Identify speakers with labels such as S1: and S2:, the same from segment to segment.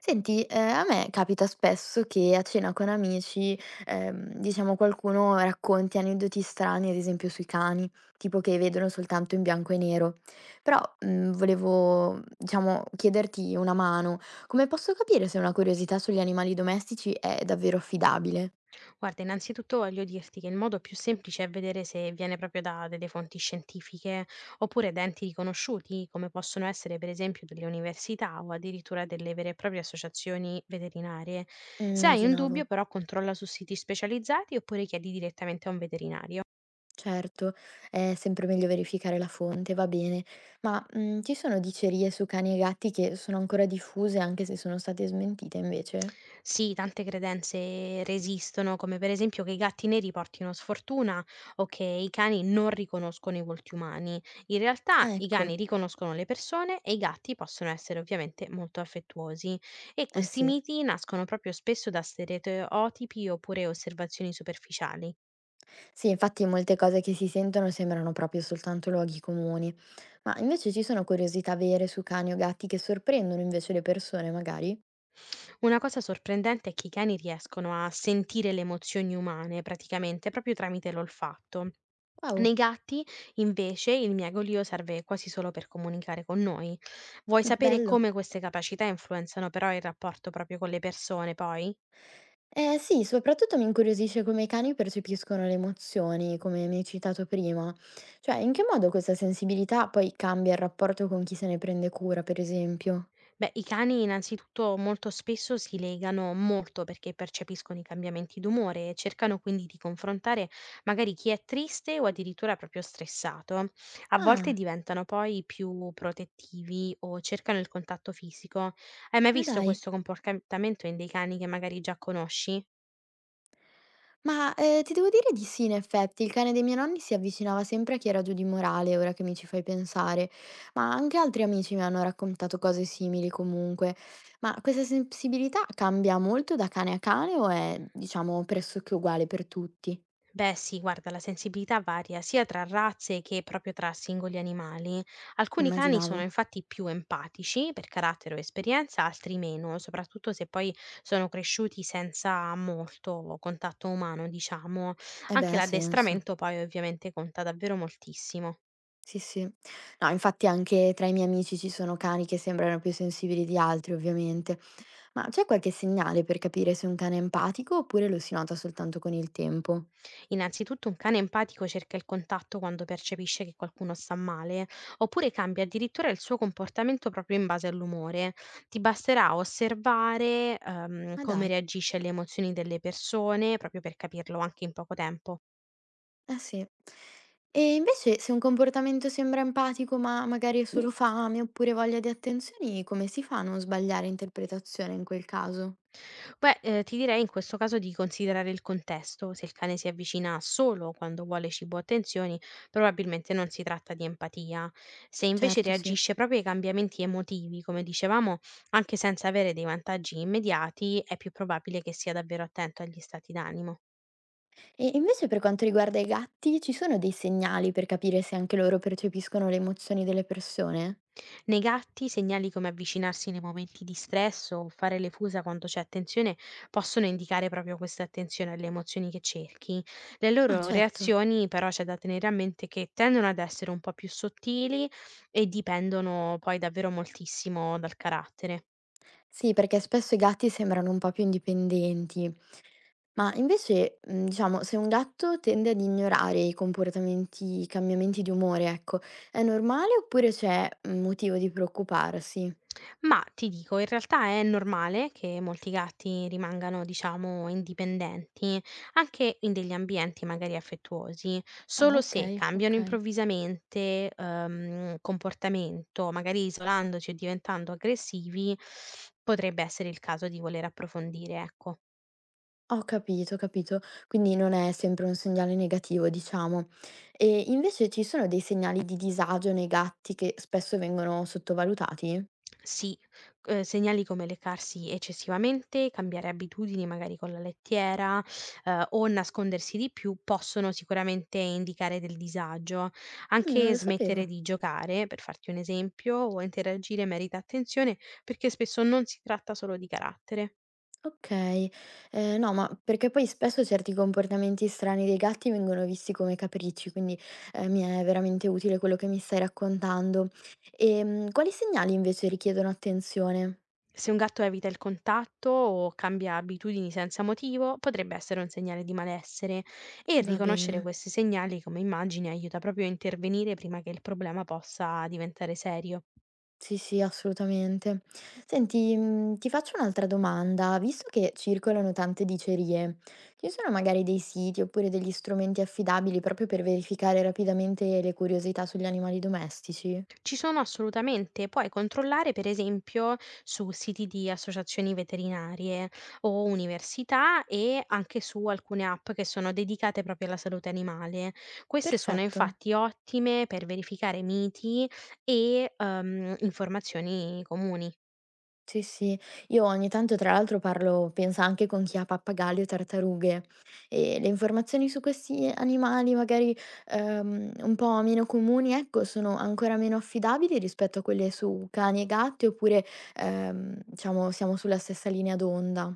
S1: Senti, a me capita spesso che a cena con amici, diciamo qualcuno racconti aneddoti strani, ad esempio sui cani, tipo che vedono soltanto in bianco e nero. Però, volevo diciamo chiederti una mano. Come posso capire se una curiosità sugli animali domestici è davvero affidabile?
S2: Guarda, innanzitutto voglio dirti che il modo più semplice è vedere se viene proprio da delle fonti scientifiche oppure da enti riconosciuti, come possono essere per esempio delle università o addirittura delle vere e proprie associazioni veterinarie. Se hai un
S1: Immaginavo.
S2: dubbio, però controlla su siti specializzati oppure chiedi direttamente a un veterinario.
S1: Certo, è sempre meglio verificare la fonte, va bene. Ma, ci sono dicerie su cani e gatti che sono ancora diffuse anche se sono state smentite invece?
S2: Sì, tante credenze resistono, come per esempio che i gatti neri portino sfortuna o che i cani non riconoscono i volti umani. In realtà
S1: Ah,
S2: i cani
S1: ecco.
S2: riconoscono le persone e i gatti possono essere ovviamente molto affettuosi e
S1: Eh
S2: questi
S1: sì.
S2: miti nascono proprio spesso da stereotipi oppure osservazioni superficiali.
S1: Sì, infatti molte cose che si sentono sembrano proprio soltanto luoghi comuni, ma invece ci sono curiosità vere su cani o gatti che sorprendono invece le persone, magari?
S2: Una cosa sorprendente è che i cani riescono a sentire le emozioni umane praticamente proprio tramite l'olfatto.
S1: Wow,
S2: Nei gatti, invece, il miagolio serve quasi solo per comunicare con noi. Vuoi sapere
S1: bello.
S2: come queste capacità influenzano però il rapporto proprio con le persone, poi?
S1: Eh sì, soprattutto mi incuriosisce come i cani percepiscono le emozioni, come mi hai citato prima. Cioè, in che modo questa sensibilità poi cambia il rapporto con chi se ne prende cura, per esempio?
S2: Beh, i cani innanzitutto molto spesso si legano molto perché percepiscono i cambiamenti d'umore e cercano quindi di confrontare magari chi è triste o addirittura proprio stressato. A volte
S1: Ah,
S2: diventano poi più protettivi o cercano il contatto fisico. Hai mai
S1: ma
S2: visto
S1: dai.
S2: questo comportamento in dei cani che magari già conosci?
S1: Ma, ti devo dire di sì in effetti. Il cane dei miei nonni si avvicinava sempre a chi era giù di morale, ora che mi ci fai pensare, ma anche altri amici mi hanno raccontato cose simili comunque. Ma questa sensibilità cambia molto da cane a cane o è, diciamo, pressoché uguale per tutti?
S2: Beh sì, guarda, la sensibilità varia sia tra razze che proprio tra singoli animali. Alcuni cani
S1: Immaginavo.
S2: sono infatti più empatici per carattere o esperienza, altri meno, soprattutto se poi sono cresciuti senza molto contatto umano, diciamo.
S1: Eh beh,
S2: Anche
S1: ha senso.
S2: l'addestramento poi ovviamente conta davvero moltissimo.
S1: Sì, sì. No, infatti anche tra i miei amici ci sono cani che sembrano più sensibili di altri, ovviamente. Ma c'è qualche segnale per capire se un cane è empatico oppure lo si nota soltanto con il tempo?
S2: Innanzitutto un cane empatico cerca il contatto quando percepisce che qualcuno sta male, oppure cambia addirittura il suo comportamento proprio in base all'umore. Ti basterà osservare,
S1: Ma
S2: come
S1: dai.
S2: reagisce alle emozioni delle persone, proprio per capirlo anche in poco tempo.
S1: Eh sì. E invece se un comportamento sembra empatico, ma magari è solo fame oppure voglia di attenzioni, come si fa a non sbagliare interpretazione in quel caso?
S2: Beh, ti direi in questo caso di considerare il contesto. Se il cane si avvicina solo quando vuole cibo o attenzioni, probabilmente non si tratta di empatia. Se invece
S1: Certo, sì.
S2: reagisce proprio ai cambiamenti emotivi, come dicevamo, anche senza avere dei vantaggi immediati, è più probabile che sia davvero attento agli stati d'animo.
S1: E invece per quanto riguarda i gatti, ci sono dei segnali per capire se anche loro percepiscono le emozioni delle persone?
S2: Nei gatti segnali come avvicinarsi nei momenti di stress o fare le fusa quando c'è attenzione possono indicare proprio questa attenzione alle emozioni che cerchi. Le
S1: Ah,
S2: loro
S1: certo.
S2: reazioni però c'è da tenere a mente che tendono ad essere un po' più sottili e dipendono poi davvero moltissimo dal carattere.
S1: Sì, perché spesso i gatti sembrano un po' più indipendenti, ma invece, diciamo, se un gatto tende ad ignorare i comportamenti i cambiamenti di umore, ecco, è normale oppure c'è, motivo di preoccuparsi?
S2: Ma ti dico, in realtà è normale che molti gatti rimangano, diciamo, indipendenti, anche in degli ambienti magari affettuosi,
S1: Ah,
S2: solo se
S1: okay,
S2: cambiano
S1: okay.
S2: improvvisamente comportamento, magari isolandoci o diventando aggressivi, potrebbe essere il caso di voler approfondire, ecco.
S1: Ho capito, ho capito. Quindi non è sempre un segnale negativo, diciamo. E invece ci sono dei segnali di disagio nei gatti che spesso vengono sottovalutati?
S2: Sì, segnali come leccarsi eccessivamente, cambiare abitudini magari con la lettiera, o nascondersi di più possono sicuramente indicare del disagio.
S1: Non
S2: Anche
S1: lo
S2: smettere
S1: sapevo.
S2: di giocare, per farti un esempio, o interagire merita attenzione perché spesso non si tratta solo di carattere.
S1: Okay. No, ma perché poi spesso certi comportamenti strani dei gatti vengono visti come capricci, quindi, mi è veramente utile quello che mi stai raccontando. Quali segnali invece richiedono attenzione?
S2: Se un gatto evita il contatto o cambia abitudini senza motivo, potrebbe essere un segnale di malessere e
S1: Va
S2: riconoscere
S1: bene.
S2: questi segnali come immagini aiuta proprio a intervenire prima che il problema possa diventare serio.
S1: Sì, sì, assolutamente. Senti, ti faccio un'altra domanda. Visto che circolano tante dicerie, ci sono magari dei siti oppure degli strumenti affidabili proprio per verificare rapidamente le curiosità sugli animali domestici?
S2: Ci sono assolutamente. Puoi controllare per esempio su siti di associazioni veterinarie o università e anche su alcune app che sono dedicate proprio alla salute animale. Queste sono
S1: Perfetto.
S2: infatti ottime per verificare miti e informazioni comuni.
S1: Sì, sì. Io ogni tanto tra l'altro parlo, penso anche con chi ha pappagalli o tartarughe e le informazioni su questi animali magari, un po' meno comuni, ecco, sono ancora meno affidabili rispetto a quelle su cani e gatti oppure, diciamo siamo sulla stessa linea d'onda.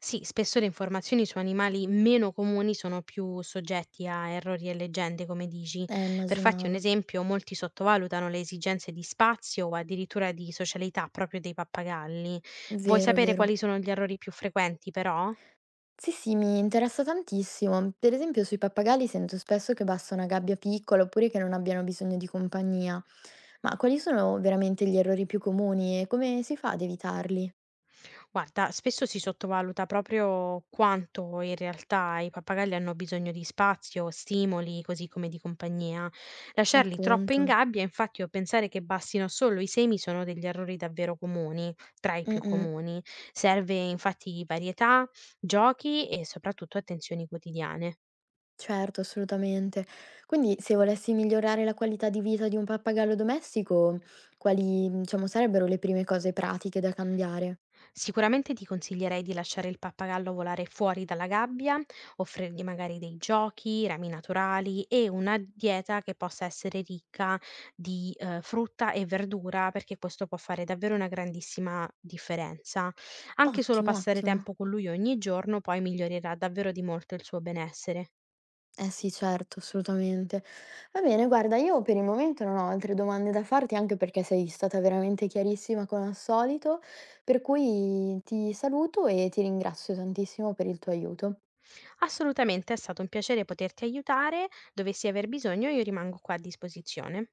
S2: Sì, spesso le informazioni su animali meno comuni sono più soggetti a errori e leggende, come dici. Per farti un
S1: Immaginavo.
S2: esempio, molti sottovalutano le esigenze di spazio o addirittura di socialità proprio dei pappagalli. Vuoi
S1: Vero,
S2: sapere
S1: vero.
S2: quali sono gli errori più frequenti, però?
S1: Sì, sì, mi interessa tantissimo. Per esempio sui pappagalli sento spesso che basta una gabbia piccola oppure che non abbiano bisogno di compagnia. Ma quali sono veramente gli errori più comuni e come si fa ad evitarli?
S2: Guarda, spesso si sottovaluta proprio quanto in realtà i pappagalli hanno bisogno di spazio, stimoli, così come di compagnia. Lasciarli troppo in
S1: Appunto.
S2: gabbia, infatti, o pensare che bastino solo i semi sono degli errori davvero comuni, tra i più
S1: Mm-mm,
S2: comuni. Serve infatti varietà, giochi e soprattutto attenzioni quotidiane.
S1: certo, assolutamente. Quindi se volessi migliorare la qualità di vita di un pappagallo domestico, quali, diciamo, sarebbero le prime cose pratiche da cambiare?
S2: Sicuramente ti consiglierei di lasciare il pappagallo volare fuori dalla gabbia, offrirgli magari dei giochi, rami naturali e una dieta che possa essere ricca di, frutta e verdura, perché questo può fare davvero una grandissima differenza. Anche solo
S1: Ottimo,
S2: passare
S1: ottimo.
S2: tempo con lui ogni giorno poi migliorerà davvero di molto il suo benessere.
S1: Eh sì, certo, assolutamente. Va bene, guarda, io per il momento non ho altre domande da farti, anche perché sei stata veramente chiarissima come al solito, per cui ti saluto e ti ringrazio tantissimo per il tuo aiuto.
S2: Assolutamente, è stato un piacere poterti aiutare. Dovessi aver bisogno, io rimango qua a disposizione.